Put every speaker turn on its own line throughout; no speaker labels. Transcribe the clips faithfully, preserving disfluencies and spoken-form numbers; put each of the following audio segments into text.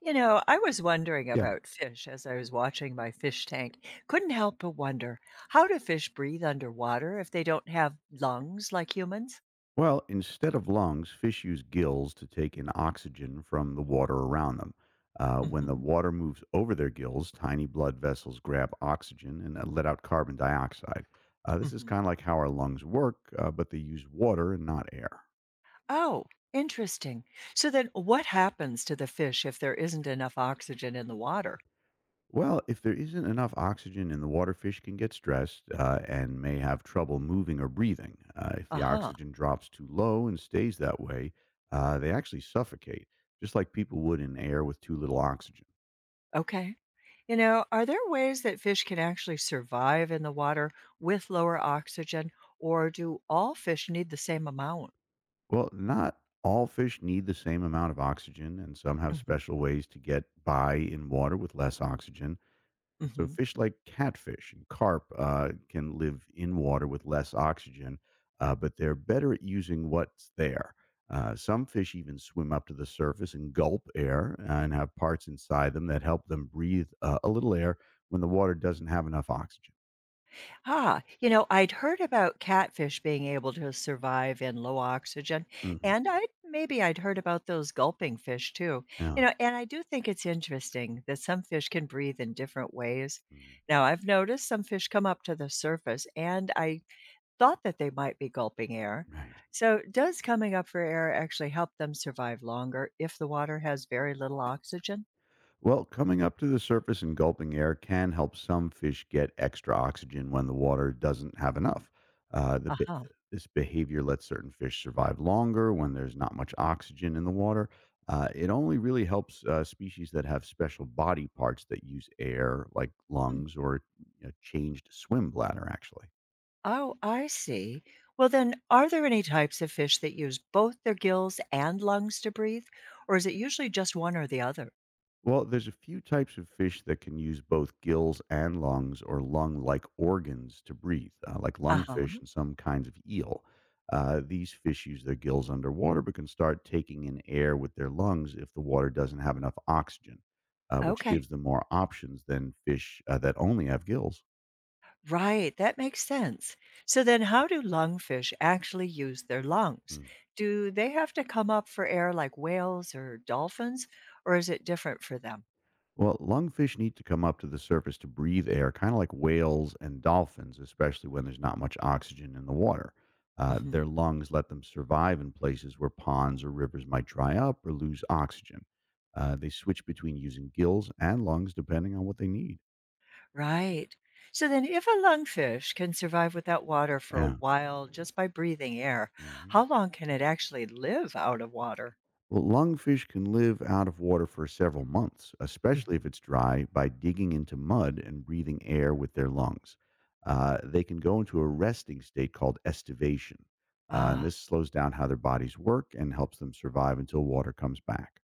You know, I was wondering
Yeah.
about fish as I was watching my fish tank. Couldn't help but wonder how do fish breathe underwater if they don't have lungs like humans?
Well, instead of lungs, fish use gills to take in oxygen from the water around them. Uh, when the
Hmm.
water moves over their gills, tiny blood vessels grab oxygen and uh, let out carbon dioxide. Uh, this is
Hmm.
kind of like how our lungs work, uh, but they use water and not air.
Oh, interesting. So then what happens to the fish if there isn't enough oxygen in the water?
Well, if there isn't enough oxygen in the water, fish can get stressed uh, and may have trouble moving or breathing. Uh, if
Uh
the
huh.
oxygen drops too low and stays that way, uh, they actually suffocate, just like people would in air with too little oxygen.
Okay. You know, are there ways that fish can actually survive in the water with lower oxygen, or do all fish need the same amount?
Well, not all fish need the same amount of oxygen, and some have
Hmm.
special ways to get by in water with less oxygen. So,
Hmm.
fish like catfish and carp uh, can live in water with less oxygen, uh, but they're better at using what's there. Uh, some fish even swim up to the surface and gulp air uh, and have parts inside them that help them breathe uh, a little air when the water doesn't have enough oxygen.
Ah, you know, I'd heard about catfish being able to survive in low oxygen,
Hmm.
and I maybe I'd heard about those gulping fish too. You
Yeah.
know, and I do think it's interesting that some fish can breathe in different ways.
Mm.
Now, I've noticed some fish come up to the surface, and I thought that they might be gulping air.
Right.
So, does coming up for air actually help them survive longer if the water has very little oxygen?
Well, coming up to the surface and gulping air can help some fish get extra oxygen when the water doesn't have enough. Uh, the, be-
Aha. Uh-huh.
this behavior lets certain fish survive longer when there's not much oxygen in the water. Uh, it only really helps uh, species that have special body parts that use air, like
Hmm.
lungs or you know, changed swim bladder, actually.
Oh, I see. Well, then, are there any types of fish that use both their gills and lungs to breathe, or is it usually just one or the other?
Well, there's a few types of fish that can use both gills and lungs or lung like organs to breathe, uh, like lungfish
Uh-huh.
and some kinds of eel. Uh, these fish use their gills underwater but can start taking in air with their lungs if the water doesn't have enough oxygen, uh, which
Okay.
gives them more options than fish uh, that only have gills.
Right. That makes sense. So then, how do lungfish actually use their lungs?
Hmm.
Do they have to come up for air like whales or dolphins, or is it different for them?
Well, lungfish need to come up to the surface to breathe air, kind of like whales and dolphins, especially when there's not much oxygen in the water. Uh,
Hmm.
their lungs let them survive in places where ponds or rivers might dry up or lose oxygen. Uh, they switch between using gills and lungs depending on what they need.
Right. So then, if a lungfish can survive without water for a
Yeah.
while just by breathing air,
Mhm.
how long can it actually live out of water?
Well, lungfish can live out of water for several months,
Mhm.
especially if it's dry, by digging into mud and breathing air with their lungs. Uh, they can go into a resting state called estivation. Uh, and
Ah,
this slows down how their bodies work and helps them survive until water comes back.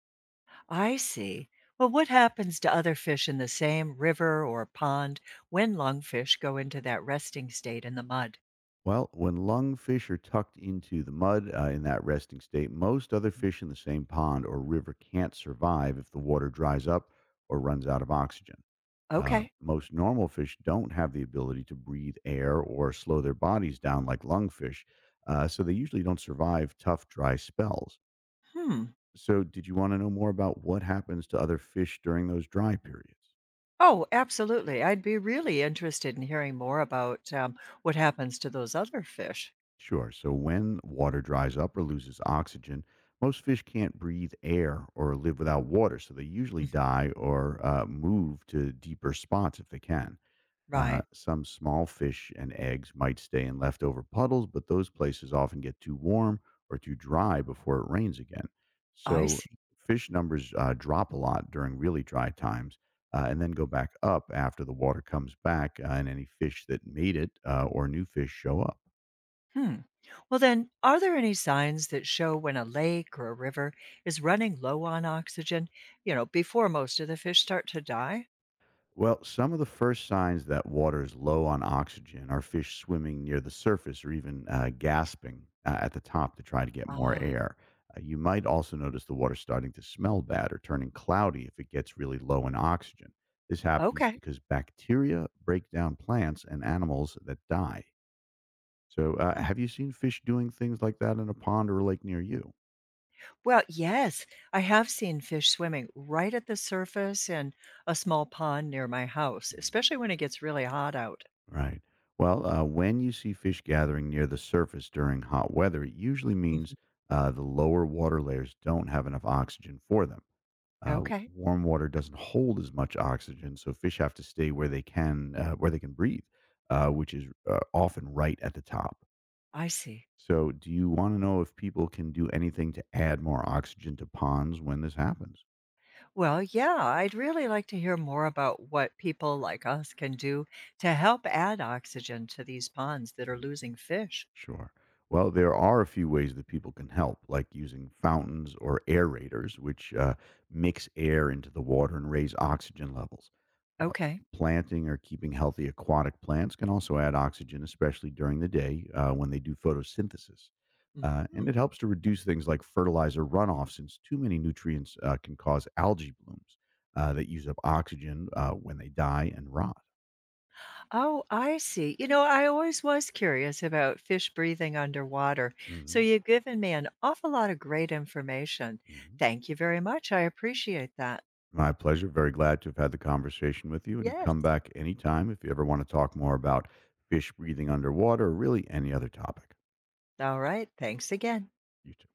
I see. Well, what happens to other fish in the same river or pond when lungfish go into that resting state in the mud?
Well, when lungfish are tucked into the mud uh, in that resting state, most other
Mhm.
fish in the same pond or river can't survive if the water dries up or runs out of oxygen. Uh,
Okay.
most normal fish don't have the ability to breathe air or slow their bodies down like lungfish, uh, so they usually don't survive tough, dry spells.
Hmm.
So, did you want to know more about what happens to other fish during those dry periods?
Oh, absolutely. I'd be really interested in hearing more about um, what happens to those other fish.
Sure. So, when water dries up or loses oxygen, most fish can't breathe air or live without water, so they usually
Mhm.
die or uh, move to deeper spots if they can.
Right.
Uh, some small fish and eggs might stay in leftover puddles, but those places often get too warm or too dry before it rains again.
I
So
see.
fish numbers uh, drop a lot during really dry times uh, and then go back up after the water comes back uh, and any fish that made it uh, or new fish show up.
Hmm. Well, then, are there any signs that show when a lake or a river is running low on oxygen, you know, before most of the fish start to die?
Well, some of the first signs that water is low on oxygen are fish swimming near the surface or even uh, gasping uh, at the top to try to get more
Ah,
air. Uh, you might also notice the water starting to smell bad or turning cloudy if it gets really low in oxygen. This happens
okay.
because bacteria break down plants and animals that die. So, uh, have you seen fish doing things like that in a pond or a lake near you?
Well, yes, I have seen fish swimming right at the surface in a small pond near my house,
Hmm.
especially when it gets really hot out.
Right. Well, uh, when you see fish gathering near the surface during hot weather, it usually
Mhm.
means uh, the lower water layers don't have enough oxygen for them. Uh,
Okay,
warm water doesn't hold as much oxygen, so fish have to stay where they can, uh, where they can breathe, uh, which is uh, often right at the top.
I see.
So, do you want to know if people can do anything to add more oxygen to ponds when this happens?
Well, yeah, I'd really like to hear more about what people like us can do to help add oxygen to these ponds that are losing
Mhm.
fish.
Sure. Well, there are a few ways that people can help, like using fountains or aerators, which uh, mix air into the water and raise oxygen levels.
Okay.
Planting or keeping healthy aquatic plants can also add oxygen, especially during the day uh, when they do photosynthesis. Uh, and
Mhm.
it helps to reduce things like fertilizer runoff, since too many nutrients uh, can cause algae blooms uh, that use up oxygen uh, when they die and rot.
Oh, I see. You know, I always was curious about fish breathing underwater. So
Mhm.
you've given me an awful lot of great information.
Mhm.
Thank you very much. I appreciate that.
My pleasure. Very glad to have had the conversation with you and
Yes.
come back anytime if you ever want to talk more about fish breathing underwater or really any other topic.
All right. Thanks again.
You too.